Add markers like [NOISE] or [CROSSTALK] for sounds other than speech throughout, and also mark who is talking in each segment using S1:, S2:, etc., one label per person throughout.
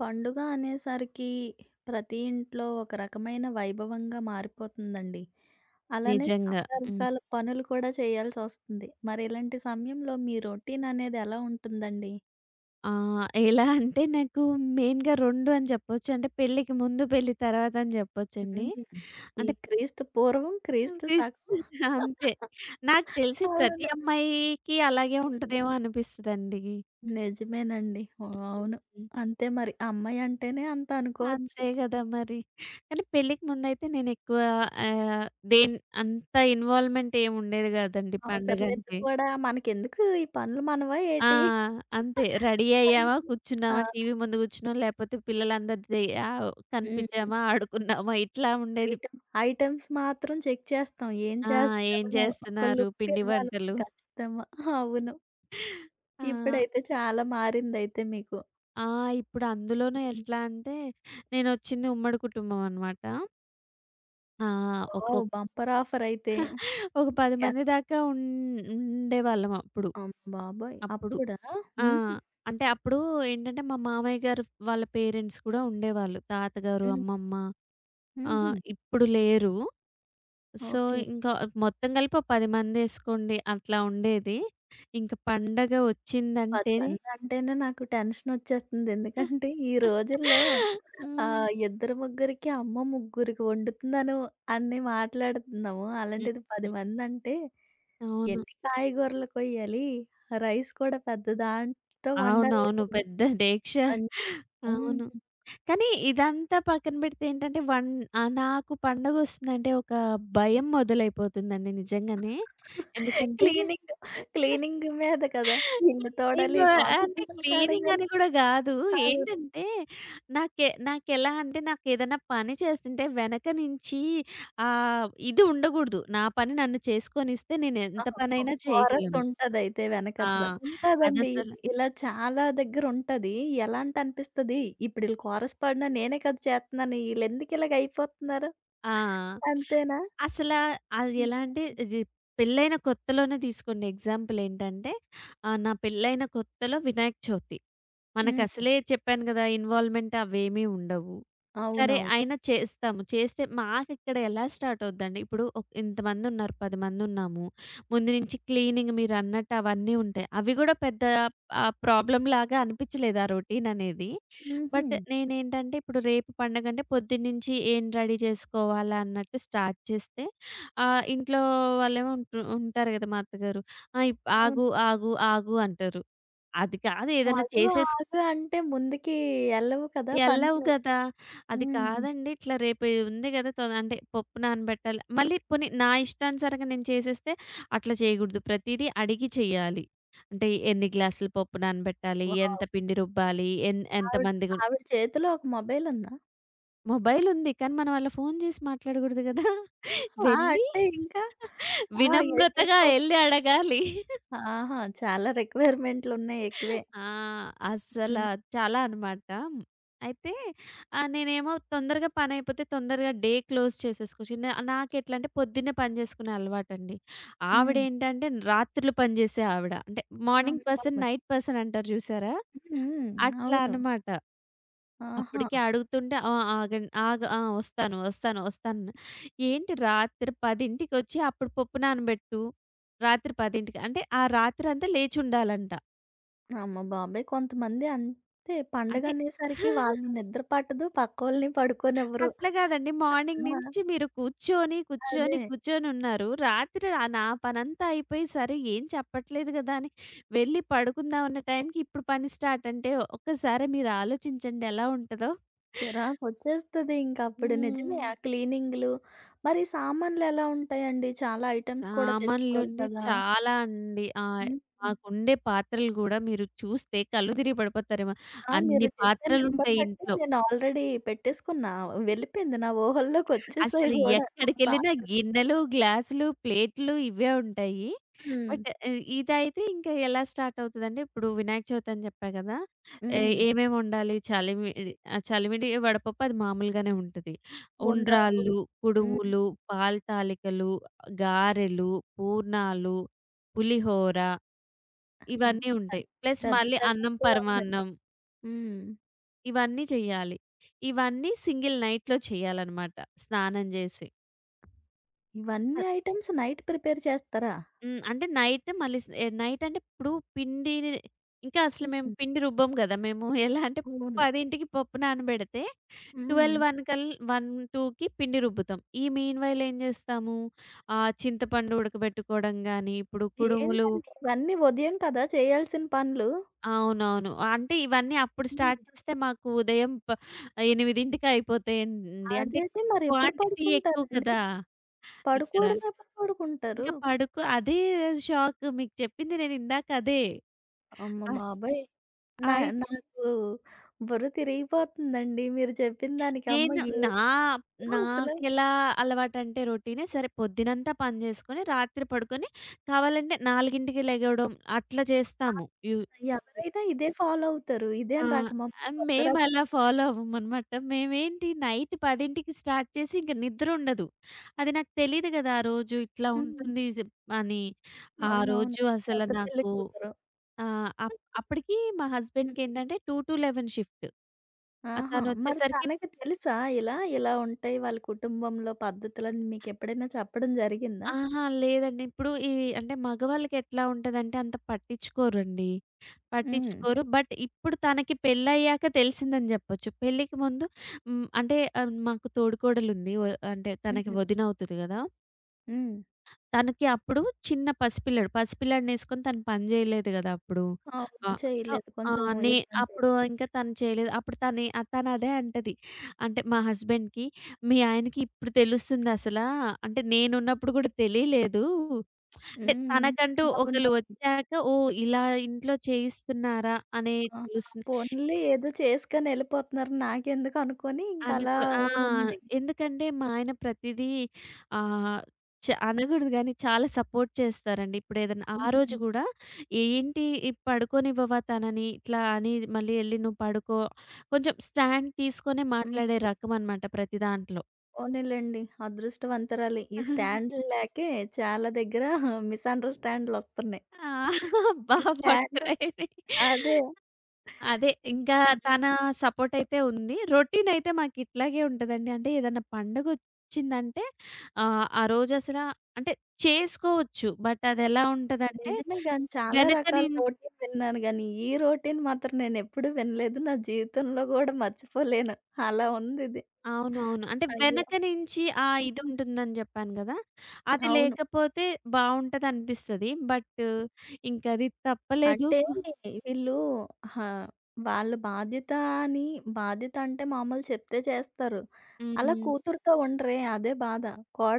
S1: పండుగ అనేసరికి ప్రతి ఇంట్లో ఒక రకమైన వైభవంగా మారిపోతుందండి. అలానే
S2: నిజంగా.
S1: చాలా
S2: హ్మ్.
S1: రకాల పనులు కూడా చేయాల్సొస్తుంది. మరి ఇలాంటి సమయంలో మీ రొటీన్ అనేది ఎలా ఉంటుందండి?
S2: ఎలా అంటే నాకు మెయిన్‌గా 2 అని చెప్పొచ్చు. అంటే పెళ్ళికి ముందు, పెళ్లి తర్వాత అని చెప్పొచ్చండి.
S1: హ్మ్. ఈ
S2: అంటే
S1: క్రీస్తు పూర్వం,
S2: [LAUGHS]
S1: క్రీస్తు శకం.
S2: ఫిజ్- అంతే. నాకు తెలిసి ప్రతి
S1: అవును.
S2: అమ్మాయికి అలాగే
S1: హ్మ్.
S2: ఉంటదేమో అనిపిస్తదండి.
S1: నిజమేనండి. ఓ, అవును.
S2: హ్మ్.
S1: అంతే మరి. అమ్మాయి అంటేనే అంత అనుకోవచ్చు.
S2: అంతే గదా మరి! కానీ పెళ్ళికి ముందయితే నేనెక్కువ ఆహ్, దేన్ అంత ఇన్వాల్వ్‌మెంట్ ఏముండేది గాదండి
S1: అవసరం లేదు
S2: పండగంటే.
S1: కూడా, మనకెందుకు ఈ పనులు మనవా
S2: ఆ,
S1: ఏటి?
S2: అంతే. రెడీ అయ్యామా,
S1: అంతే. ఆ!
S2: కూర్చున్నామా, టీవీ ముందు కూర్చున్నామా, లేపోతే పిల్లలందరి ఆహ్,
S1: హ్మ్.
S2: కనిపించామా, ఆడుకున్నామా ఇట్లా ఉండేది.
S1: ఐటెమ్ ఐటెమ్స్ మాత్రం చెక్ చేస్తాం. ఏం
S2: ఆ, ఏం
S1: చేస్తున్నారో ఒక
S2: చేస్తున్నారు,
S1: లుక్
S2: పిండి
S1: ఇవ్వాలి మనం
S2: వంటలు.
S1: ఖచ్చితంగా. అవును.
S2: ఆ.
S1: ఇప్పుడైతే చాలా మారిందయితే మీకు.
S2: ఆ, ఇప్పుడు అందులోనూ
S1: హ్మ్.
S2: ఎట్లా అంటే, నేనొచ్చింది ఉమ్మడి కుటుంబం అనమాట. ఆ,
S1: వావ్!
S2: ఒక్కొక్క
S1: బంపర్ ఆఫర్ అయితే.
S2: ఒక 10
S1: ఎన్
S2: మంది దాకా ఉండేవాళ్ళం అప్పుడు.
S1: అమ్మబాబోయ్!
S2: అప్పుడు.
S1: అప్పుడా?
S2: ఆ,
S1: హుహు.
S2: అంటే అప్పుడు ఏంటంటే, మా మామయ్య గారు వాళ్ళ పేరెంట్స్ కూడా ఉండేవాళ్ళు. తాతగారు,
S1: హ్మ్.
S2: అమ్మమ్మ
S1: హుహు.
S2: ఇప్పుడు లేరు. So,
S1: okay.
S2: ఇంకా మొత్తం కలిపి ఓ 10 మందేసుకోండి. అట్లా ఉండేది. ఇంక పండగ
S1: 10
S2: వచ్చిందంటేనే
S1: మందంటేనే నాకు టెన్షనొచ్చేస్తుంది. ఎందుకంటే
S2: [LAUGHS]
S1: ఈ రోజుల్లో
S2: హ్మ్.
S1: ఇద్దరు ముగ్గురికి, అమ్మో! ముగ్గురికి వండుతున్నాను అని మాట్లాడుతున్నాము.
S2: హ్మ్.
S1: అలాంటిది 10
S2: హ్మ్.
S1: మందంటే
S2: అవును.
S1: ఎన్ని కాయగూరలు కొయ్యాలి? రైస్ కూడా పెద్ద దాంతో
S2: అవునవును.
S1: వండాలేమో.
S2: పెద్ద డేక్ష.
S1: అన్ హ్మ్.
S2: అవును. కానీ ఇదంతా పక్కన పెడితే నాకు పండగొస్తుందంటే ఒక భయం మొదలైపోతుందండి నిజంగానే. ఎందుకంటే
S1: క్లీనింగ్, క్లీనింగ్ మీద కదా! ఇల్లు
S2: క్లీనింగ్,
S1: తోడాలి, వాకిలి
S2: అంటే
S1: బట్టలు
S2: క్లీనింగ్
S1: కడగాలి.
S2: అని కూడా గాదు.
S1: అవును.
S2: ఏంటంటే నాకె నాకెలా అంటే నాకేదైనా పని చేస్తుంటే వెనక నుంచి ఇది ఉండగూడదు. నా పని నన్ను చేసుకొనిస్తే నేను ఎంత
S1: ఆహా! కొ
S2: పనైనా
S1: కోరస్
S2: చేయగలను.
S1: ఉంటదయితే
S2: ఆ,
S1: వెనకతల. ఉంటదండి.
S2: అదసలు.
S1: ఇది ఇలా చాలా దగ్గరుంటది. ఎలా అంటే అనిపిస్తది, ఇప్పుడు ఈళ్ళు కోరస్ పాడినా నేనే కదా చేత్తన్నాను. ఈళ్ళెందుకు ఇలాగ అయిపోతున్నారు?
S2: ఆ,
S1: అంతేనా?
S2: అసలా అది ఎలా
S1: హ్మ్.
S2: అంటే, ఇది పెళ్లైన కొత్తలోనే తీసుకోండి ఎగ్జాంపుల్. ఏంటంటే నా పెళ్లైన కొత్తలో వినాయక చవితి.
S1: హ్మ్.
S2: మనకసలే చెప్పాను గదా, ఇన్వాల్వ్‌మెంట్ అవేమీ ఉండవు. సరే
S1: అవునవును.
S2: అయినా చేస్తాము. చేస్తే మాకిక్కడ ఎలా స్టార్ట్ అవుద్దండి, ఇప్పుడు ఇంతమందున్నారు, 10 మందున్నాము. ముందు నుంచి క్లీనింగ్ మీరన్నట్టు అవన్నీ ఉంటాయి. అవి గూడా పెద్ద ప్రాబ్లమ్‌లాగా అనిపిచ్చలేదు ఆ రొటీననేది.
S1: హుహు.
S2: బట్ నేనేంటంటే, ఇప్పుడు రేపు పండగంటే పొద్దున్నుంచి ఏం రెడీ జేసుకోవాలా అన్నట్టు స్టార్ట్ చేస్తే, ఇంట్లో వాళ్ళేమో ఉంటారు గదా! మా అత్తగారు. ఆ! ఇప్
S1: అవును.
S2: ఆగు, ఆగు, ఆగు అంటారు. అది కాదు ఏదన్నా
S1: ఆగు,
S2: చేసేస్
S1: ఆగు అంటే ముందుకి ఎళ్ళవు కదా
S2: ఎళ్ళవు
S1: పనులు.
S2: గదా! అది
S1: హ్మ్. హ్మ్.
S2: కాదండి. ఇట్లా రేపు ఇది ఉంది గదా! అంటే పప్పు నానబెట్టాలి. మళ్ళీ పోనీ నా ఇష్టానుసారంగా నేను చేసేస్తే అట్లా చేయగూడదు. ప్రతీదీ అడిగి చెయ్యాలి. అంటే ఎన్ని గ్లాసులు పప్పు నానబెట్టాలి? ఎంత
S1: వావ్!
S2: పిండి రుబ్బాలి?
S1: ఆవిడ
S2: ఎంతమందికి?
S1: ఆవిడ చేతిలో ఒక మొబైలుందా?
S2: మొబైలుంది. కానీ మనం అలా ఫోను చేసి మాట్లాడగూడదు గదా! [LAUGHS]
S1: ఆ!
S2: వెళ్ళి
S1: అంటే ఇంకా. ఆ!
S2: వినమ్రతగా
S1: మీకు
S2: ఎళ్లి అడగాలి.
S1: ఆహా! చాలా రిక్వైర్‌మెంట్లున్నాయి ఎక్కువే.
S2: ఆ! అస్సల
S1: హ్మ్.
S2: చాలా అనమాట. అయితే నేనేమో తొందరగా పనైపోతే తొందరగా డే క్లోజ్ చేసేసుకోవచ్చు. నాకెట్లంటే పొద్దున్నే పని చేసుకునే అలవాటండి.
S1: హ్మ్.
S2: ఆవిడేంటంటే రాత్రులు పని చేసే ఆవిడ. అంటే
S1: అమ్మ
S2: మార్నింగ్ పర్సన్,
S1: బాబోయ్!
S2: నైట్ పర్సన్ అంటారు చూసారా?
S1: హ్మ్. హ్మ్.
S2: అట్లా
S1: అవును.
S2: అనమాట.
S1: ఆహా!
S2: అప్పటికి అడుగుతుంటే, ఆ, ఆగండి. ఆగ ఆ! వస్తాను, వస్తాను, వస్తాను. ఏంటి రాత్రి 10:00కి అప్పుడు పప్పు నానబెట్టు. రాత్రి 10:00కి అంటే ఆ రాత్రంతా లేచుండాలంట.
S1: అమ్మ బాబోయ్! కొంతమంది అంతే,
S2: అంటే
S1: పండగనేసరికి వాళ్ళని నిద్ర పట్టదు, పక్కోళ్ళని పడుకోనివ్వరు.
S2: అట్లా కాదండి. మార్నింగ్
S1: ఆ!
S2: నుంచి మీరు కూర్చొని, కూర్చొని,
S1: అదే.
S2: కూర్చొనున్నారు. రాత్రి నా పనంతా అయిపోయి, సరే ఏం చెప్పట్లేదు కదా అని వెళ్ళి పడుకుందాం అన్న టైంకి ఇప్పుడు పని స్టార్ట్ అంటే ఒక్కసారి మీరు ఆలోచించండి ఎలా ఉంటదో?
S1: చిరాకొచ్చేస్తది ఇంకప్పుడు. నిజమే
S2: హ్మ్.
S1: ఆ క్లీనింగ్‌లు. మరి సామాన్లెలా ఉంటాయండి? చాలా ఐటెమ్స్ కూడా తెచ్చుకోవాలి
S2: సామాన్లుండి
S1: కదా!
S2: చాలా అండి.
S1: హ్మ్.
S2: మాకుండే పాత్రలు గూడా మీరు చూస్తే కళ్ళు తిరిగి పడిపోతారేమో!
S1: ఆ! మీరు
S2: అన్ని
S1: చెప్పిన నంబర్
S2: పాత్రలుంటాయి
S1: బట్టి
S2: ఇంట్లో.
S1: నేను ఆల్రెడీ పెట్టేసుకున్నా. వెళ్ళిపోయింది, నా ఊహల్లోకొచ్చేసాయి
S2: అసలు
S1: గూడా ఆ
S2: ఎక్కడికెళ్ళినా
S1: పాత్రలు.
S2: గిన్నెలు, గ్లాసులు, ప్లేట్లు ఇవే ఉంటాయి.
S1: హ్మ్.
S2: బట్ ఇదైతే ఇంకా ఎలా స్టార్ట్ అవుతదంటే, ఇప్పుడు వినాయక చవితి అని చెప్పా కదా! ఏ
S1: హ్మ్.
S2: ఏమేమి వండాలి? చలివిడి, వడపప్పు అది మామూలుగానే ఉంటది.
S1: ఉండ్రాలు.
S2: ఉండ్రాళ్ళు,
S1: హ్మ్.
S2: కుడుములు, పాలు తాలికలు, గారెలు, పూర్ణాలు, పులిహోర
S1: హ్మ్.
S2: ఇవన్నీ ఉంటాయి.
S1: పెద్
S2: ప్లస్
S1: పెద్ద
S2: మళ్ళీ అన్నం,
S1: సెటప్పే ఉంది.
S2: పరమాన్నం
S1: హ్మ్.
S2: ఇవన్నీ చేయాలి. ఇవన్నీ సింగిల్ నైట్‌లో చేయాలన్నమాట, స్నానం చేసి.
S1: ఇవన్నీ ఐటెమ్స్ నైట్ ప్రిపేర్ చేస్తారా?
S2: హ్మ్. అంటే నైట్ మళ్ళీ స్ నైట్ అంటే ఇప్పుడు పిండి ఇంకా అసలు మేము
S1: హ్మ్.
S2: పిండి రుబ్బం గదా! మేము [LAUGHS] ఎలా అంటే
S1: అవును.
S2: 10కి పప్పు నానబెడితే
S1: హ్మ్.
S2: 12, 1, 2కి పిండి రుబ్బుతాం. ఈ మీన్ వైల్ ఏం జేస్తాము, చింతపండు ఉడకబెట్టుకోవడం గాని, ఇప్పుడు కుడుములు.
S1: ఏంటండి ఇవన్నీ ఉదయం కదా చేయాల్సిన పనులు?
S2: అవునవును. అంటే ఇవన్నీ అప్పుడు
S1: హ్మ్.
S2: స్టార్ట్ చేస్తే మాకు ఉదయం 8కి అయిపోతాయండి. అంటే
S1: అదేండి మరెప్పుడు
S2: క్వాంటిటీ ఎక్కువ
S1: పడుకుంటారండి?
S2: కదా! ఇక్కడ.
S1: పడుకోవడం ఎప్పుడు పడుకుంటారు?
S2: ఇంకా పడుకో అదే షాక్ మీకు చెప్పింది నేను ఇందాక అదే.
S1: అమ్మ
S2: ఆ.
S1: బాబోయ్!
S2: ఆ.
S1: నా నాకు బుర్ర తిరిగిపోతుందండి మీరు చెప్పిన దానికి. అమ్మ
S2: నేను నా
S1: ఏంటో అసలు.
S2: నాకెలా అలవాటంటే రొటీనే. సరే పొద్దునంతా పని చేసుకొని, రాత్రి పడుకొని కావాలంటే 4కి లెగవడం అట్లా
S1: ఆ!
S2: చేస్తాము. యు యు
S1: ఎవరైనా ఇదే ఫాలో అవుతారు?
S2: ఆ,
S1: ఇదేం రకమమ్మ, కొత్త రకం.
S2: మేమలా ఫాలో అవ్వమనమాట. మేమేంటి నైట్ 10కి స్టార్ట్ చేసి ఇంక నిద్రుండదు. అది నాకు తెలీదు గదా ఆ రోజు ఇట్లా
S1: హ్మ్.
S2: ఉంటుంది జిప్ అని. ఆ
S1: అవునవును.
S2: రోజు అసల
S1: కొత్త పెళ్లి
S2: నాకు,
S1: కూతురు.
S2: ఆహ్, అప్ అప్పటికి మా
S1: హ్మ్.
S2: హస్బెండ్‌కేంటంటే 2-11 షిఫ్ట్.
S1: ఆహా! మరి
S2: తనొచ్చేసరికి
S1: తనకి తెలుసా ఇలా? ఇలా ఉంటాయి వాళ్ళ కుటుంబంలో పద్ధతులని మీకెప్పుడైనా చెప్పడం జరిగిందా?
S2: ఆహా, లేదండి. ఇప్పుడు ఈ అంటే మగవాళ్ళకెట్లా ఉంటదంటే అంత పట్టించుకోరండి.
S1: హ్మ్.
S2: పట్టించుకోరు. బట్ ఇప్పుడు తనకి పెళ్ళయ్యాక తెలిసిందని జెప్పొచ్చు. పెళ్ళికి ముందు హ్మ్. అంటే మాకు తోడికోడలుంది. అంటే తనకి
S1: హ్మ్.
S2: వదినవుతది గదా!
S1: హ్మ్.
S2: తనకి అప్పుడు చిన్న పసిపిల్లాడు. పసిపిల్లాడినేసుకొని తను పని జేయలేదు గదా అప్పుడు. ఆ!
S1: అవును.
S2: సో
S1: చేయలేదు.
S2: ఆ!
S1: కొంచెం
S2: నే
S1: ఇబ్బంది.
S2: అప్పుడు ఇంకా తను చేయలేదు. అప్పుడు తనే, తనదే అంటది. అంటే మా హస్బెండ్‌కి, "మీ ఆయనకి ఇప్పుడు తెలుస్తుందసలా. అంటే నేనున్నప్పుడు గూడా తెలియలేదు." అంటే
S1: హ్మ్.
S2: తనకంటూ ఒకళ్ళు
S1: అవునవును.
S2: వచ్చాక ఓహ్, ఇలా ఇంట్లో చేయిస్తున్నారా అనే
S1: ఆ!
S2: తెలుస్తుంది.
S1: పోనీలే, ఏదో చేసుకొని ఎళ్ళిపోతున్నారు. నాకెందుకు అనుకోని ఇంకలా
S2: అనుకో. ఆ,
S1: ఉంది.
S2: ఎందుకంటే మా ఆయన ప్రతిదీ, ఆహ్, చ అనకూడదు గానీ చాలా సపోర్ట్ చేస్తారండి. ఇప్పుడేదన్నా ఆ రోజు
S1: హ్మ్.
S2: గూడా ఏంటి, పడుకోనివ్వవా తనని ఇట్లా అని, మళ్ళీ ఎళ్లి నువ్వు పడుకో, కొంచెం స్టాండ్ తీసుకొనే
S1: హ్మ్.
S2: మాట్లాడే రకమనమాట ప్రతి దాంట్లో.
S1: పోనీలెండి. అదృష్టవంతురాలే. ఈ స్టాండ్‌లు లేకే చాలా దగ్గర మిస్‌అండర్‌స్టాండ్‌లొస్తున్నాయి.
S2: ఆ! బా
S1: ఈ స్టాండ్
S2: పట్టురైంది.
S1: అదే.
S2: అదే. ఇంకా
S1: హ్మ్.
S2: తన సపోర్టయితే ఉంది. రొటీనయితే మాకిట్లాగే ఉంటదండి. అంటే ఏదన్నా పండగొచ్చిందంటే, ఆ రోజసలా అంటే చేసుకోవచ్చు. బట్ అదెలా ఉంటదంటే
S1: నిజమే గాని, చాలా
S2: వెనక
S1: రకాల
S2: నుంచి
S1: రోటీన్ విన్నాను గానీ, ఈ రోటీన్ మాత్రం నేనెప్పుడూ వినలేదు. నా జీవితంలో గూడా మర్చిపోలేను. అలా ఉందిది.
S2: అవునవును. అంటే
S1: అయ్యో!
S2: వెనక నుంచి ఆ
S1: హ్మ్.
S2: ఇదుంటుందని జెప్పాను గదా! అది
S1: అవును.
S2: లేకపోతే బావుంటదనిపిస్తది. బట్ ఇంకది తప్పలేదు.
S1: అంటే వీళ్ళు. హా! వాళ్ళ బాధ్యత అని, బాధ్యత అంటే మామూలు చెప్తే చేస్తారు. అలా
S2: హ్మ్.
S1: కూతురుతో ఉండరే, అదే బాధ.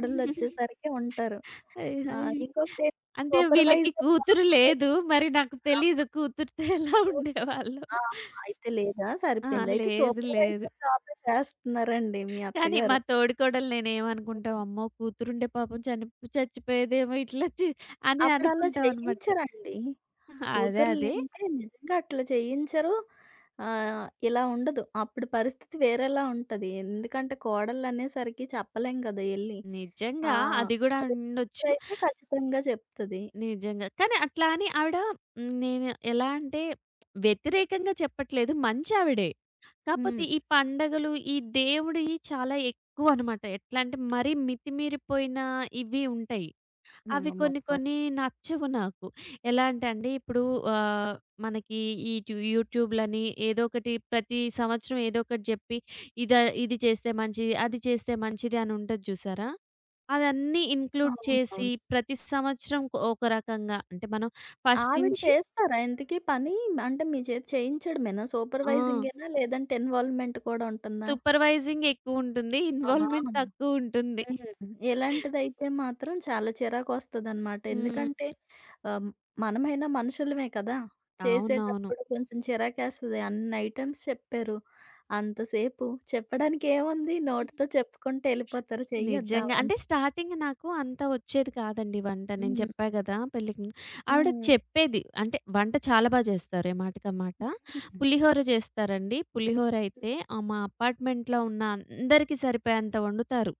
S2: [LAUGHS]
S1: ఉంటారు.
S2: అయ్ అయ్
S1: ఇంకొకటేంటి,
S2: అంటే వీళ్ళకి
S1: సూపర్‌వైజర్
S2: కూతురు
S1: జాబు. ఆ! ఇంకొకటి సూపర్వైజర్
S2: లేదు. మరి నాకు
S1: జాబ్.
S2: తెలీదు కూతురుతో [LAUGHS] ఎలా
S1: ఓకే.
S2: ఉండేవాళ్ళో.
S1: ఆహా! అయితే లేదా?
S2: అహా,
S1: సరిపోయింది. అయితే
S2: లేదు. లేదు.
S1: సూపర్‌వైజర్ జాబే చేస్తున్నారండి మీ
S2: కానీ మా
S1: అత్తగారు.
S2: తోడికోడలు నేనేమనుకుంటా, అమ్మో, కూతురుంటే పాపం చచ్చిపోయేదేమో ఇట్లా అని
S1: అప్పుడలా
S2: అనుకుంటామనమాట.
S1: చేయించరండి.
S2: అదే. అదే.
S1: కూతుర్లంటే నిజంగా అట్లా చేయించరు. ఇలా ఉండదు. అప్పుడు పరిస్థితి వేరేలా ఉంటది. ఎందుకంటే కోడళ్ళనేసరికి చెప్పలేం కదా ఎళ్లి! ఆ!
S2: నిజంగా అది గూడా
S1: అదే
S2: ఉండొచ్చు.
S1: కూతురైతే ఖచ్చితంగా చెప్తది.
S2: నిజంగా. కానీ అట్లా అని ఆవిడ, హ్మ్, నేను ఎలా అంటే వ్యతిరేకంగా చెప్పట్లేదు. మంచావిడే. కాపోతే
S1: హ్మ్.
S2: ఈ పండగలు, ఈ దేవుడియి చాలా ఎక్కువనమాట. ఎట్లా అంటే మరీ మితిమీరిపోయిన ఇవి ఉంటాయి. అవి
S1: అమ్మ
S2: కొన్ని
S1: బాబోయ్!
S2: కొన్ని నచ్చవు నాకు. ఎలా అంటే అండి ఇప్పుడు ఆహ్, మనకి ఈ యూట్యూబ్‌లని ఏదో ఒకటి ప్రతి సంవత్సరం ఏదో ఒకటి జెప్పి, ఇద ఇది చేస్తే మంచిది, అది చేస్తే మంచిది అని ఉంటది జూసారా? అదన్నీ ఇంక్లూడ్ చేసి
S1: అవునవును.
S2: ప్రతి సంవత్సరం ఒక ఒక రకంగా అంటే మనం ఫస్ట్
S1: ఆవిడ
S2: నుంచి.
S1: చేస్తారా ఇంతకీ పని? అంటే మీ చేత చేయించడమేనా?
S2: ఆ,
S1: సూపర్వైజింగేనా? లేదంటే ఇన్వాల్వ్‌మెంట్ కూడా ఉంటుందా?
S2: సూపర్‌వైజింగ్ ఎక్కువుంటుంది.
S1: ఆ!
S2: ఇన్వాల్వ్‌మెంట్
S1: హ్మ్.
S2: తక్కువుంటుంది.
S1: ఇలాంటిదైతే మాత్రం చాలా చిరాకొస్తదనమాట.
S2: హ్మ్.
S1: ఎందుకంటే ఆహ్, మనమైనా మనుషులమే కదా!
S2: అవునవును.
S1: చేసేటప్పుడు కొంచెం చిరాకేస్తది. అన్ని ఐటెమ్స్ చెప్పారు. అంతసేపు చెప్పడానికి ఏముంది? నోటితో చెప్పుకుంటూ ఎళ్ళిపోతారు. చెయ్యొద్దా
S2: నిజంగా. అంటే
S1: అవన్నీ?
S2: స్టార్టింగ్ నాకు అంత వచ్చేది కాదండి వంట. నేను
S1: హ్మ్.
S2: చెప్పా గదా, పెళ్ళికి ముందు. ఆవిడ
S1: హ్మ్.
S2: చెప్పేది. అంటే వంట చాలా బా చేస్తారు, ఏ మాటకి ఆ మాట.
S1: హుహు.
S2: పులిహోర చేస్తారండి. పులిహోర అయితే, మా అపార్ట్మెంట్‌లో ఉన్న అందరికీ సరిపోయేంత వండుతారు.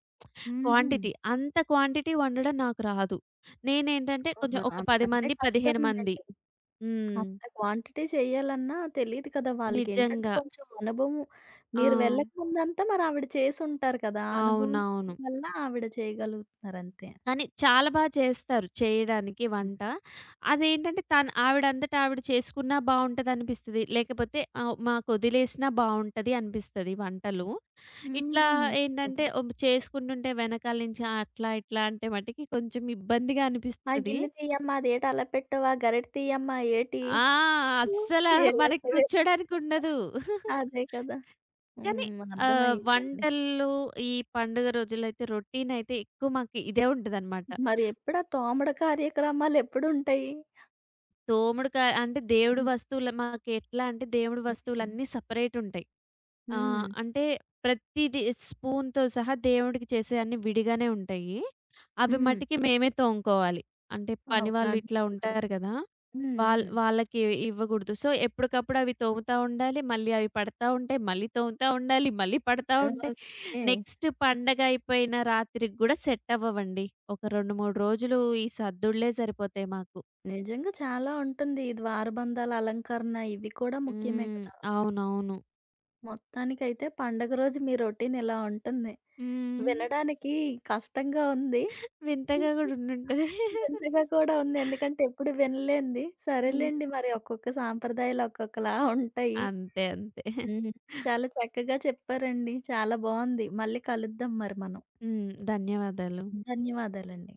S1: హుహు.
S2: క్వాంటిటీ. అంత క్వాంటిటీ వండడం నాకు రాదు. నేనేంటంటే
S1: ఆ!
S2: కొంచెం ఒక
S1: అం
S2: 10
S1: అంటే
S2: మంది, 15 మంది.
S1: కష్టంలేండి.
S2: హ్మ్.
S1: అంత క్వాంటిటీ చెయ్యాలన్నా తెలీదు కదా! వాళ్ళకేంటంటే
S2: నిజంగా.
S1: కొంచెం అనుభవం,
S2: ఆ.
S1: మీరు వెళ్ళక ముందంతా మరావిడ చేసుంటారు కదా! ఆ అనుభవం
S2: అవునవును.
S1: వల్ల ఆవిడ చేయగలుగుతున్నారంతే.
S2: కానీ చాలా బా చేస్తారు చేయడానికి వంట. అదేంటంటే తను ఆవిడంతట ఆవిడ చేసుకున్నా బావుంటదనిపిస్తది. లేకపోతే మాకొదిలేసినా బావుంటది అనిపిస్తది వంటలు.
S1: హ్మ్.
S2: ఇట్లా
S1: హుహు.
S2: ఏంటంటే చేసుకుంటుంటే వెనకాల నుంచి "ఆ, అట్లా ఇట్లా" అంటే మటికి కొంచెం ఇబ్బందిగా
S1: "ఆ
S2: అనిపిస్తది.
S1: గిన్నె తీయమ్మా, అదేటి అలా పెట్టావు? ఆ గరిటె తీయమ్మా, ఏటి?"
S2: ఆ! అస్సల మనకి
S1: ఇలాంటివేనా?
S2: కూర్చోడానికుండదు.
S1: అదే కదా!
S2: కానీ
S1: హ్మ్. అర్థమయిందండి.
S2: వంటల్లో ఈ పండుగ రోజుల్లో అయితే రొటీనయితే ఎక్కువ మాకు ఇదే ఉంటదనమాట.
S1: మరి ఎప్పుడా తోమడ కార్యక్రమాలెప్పుడుంటాయి?
S2: తోముడు కా అంటే దేవుడి
S1: హ్మ్.
S2: వస్తువులు మాకెట్లా అంటే దేవుడి
S1: హ్మ్.
S2: వస్తువులన్నీ సెపరేట్ ఉంటాయి.
S1: హ్మ్.
S2: అంటే ప్రతీది స్పూన్‌తో సహా దేవుడికి చేసేయన్నీ విడిగానే ఉంటాయి. అవి
S1: హ్మ్.
S2: మటికి మేమే తోముకోవాలి. అంటే పనివాళ్ళు ఇట్లా
S1: అవునంతే మరి.
S2: ఉంటారు గదా!
S1: హ్మ్. హ్మ్.
S2: వాళ్ళకి ఇవ్వగూడదు. సో, ఎప్పటికప్పుడు అవి తోముతా ఉండాలి. మళ్ళీ అవి పడతా ఉంటాయి. మళ్ళీ తోముతా ఉండాలి. మళ్ళీ పడతా ఉంటాయి.
S1: ఓకే.
S2: నెక్స్ట్ పండగ అయిపోయిన రాత్రికి గూడా సెట్ అవ్వవండి. ఒక 2, 3 రోజులు ఈ సద్దుళ్ళే సరిపోతాయి మాకు.
S1: నిజంగా చాలా ఉంటుంది. ఈ ద్వారబంధాల అలంకరణ ఇవి కూడా ముఖ్యమే
S2: హ్మ్.
S1: కదా!
S2: అవునవును.
S1: మొత్తానికైతే పండగ రోజు మీ రొటీన్ ఇలా ఉంటుంది.
S2: హ్మ్.
S1: వినడానికి కష్టంగా ఉంది.
S2: వింతగా గూడా ఉండుంటది.
S1: వింతగా కూడా ఉంది. ఎందుకంటే ఎప్పుడు వినలేనిది.
S2: హ్మ్.
S1: సరేలెండి మరి, ఒక్కొక్క సాంప్రదాయాలు ఒక్కొక్కలా ఉంటాయి.
S2: అంతే. అంతే.
S1: హ్మ్. చాలా చక్కగా చెప్పారండి. చాలా బావుంది. మళ్ళీ కలుద్దాం మరి మనం.
S2: హ్మ్. ధన్యవాదాలు.
S1: ధన్యవాదాలండి.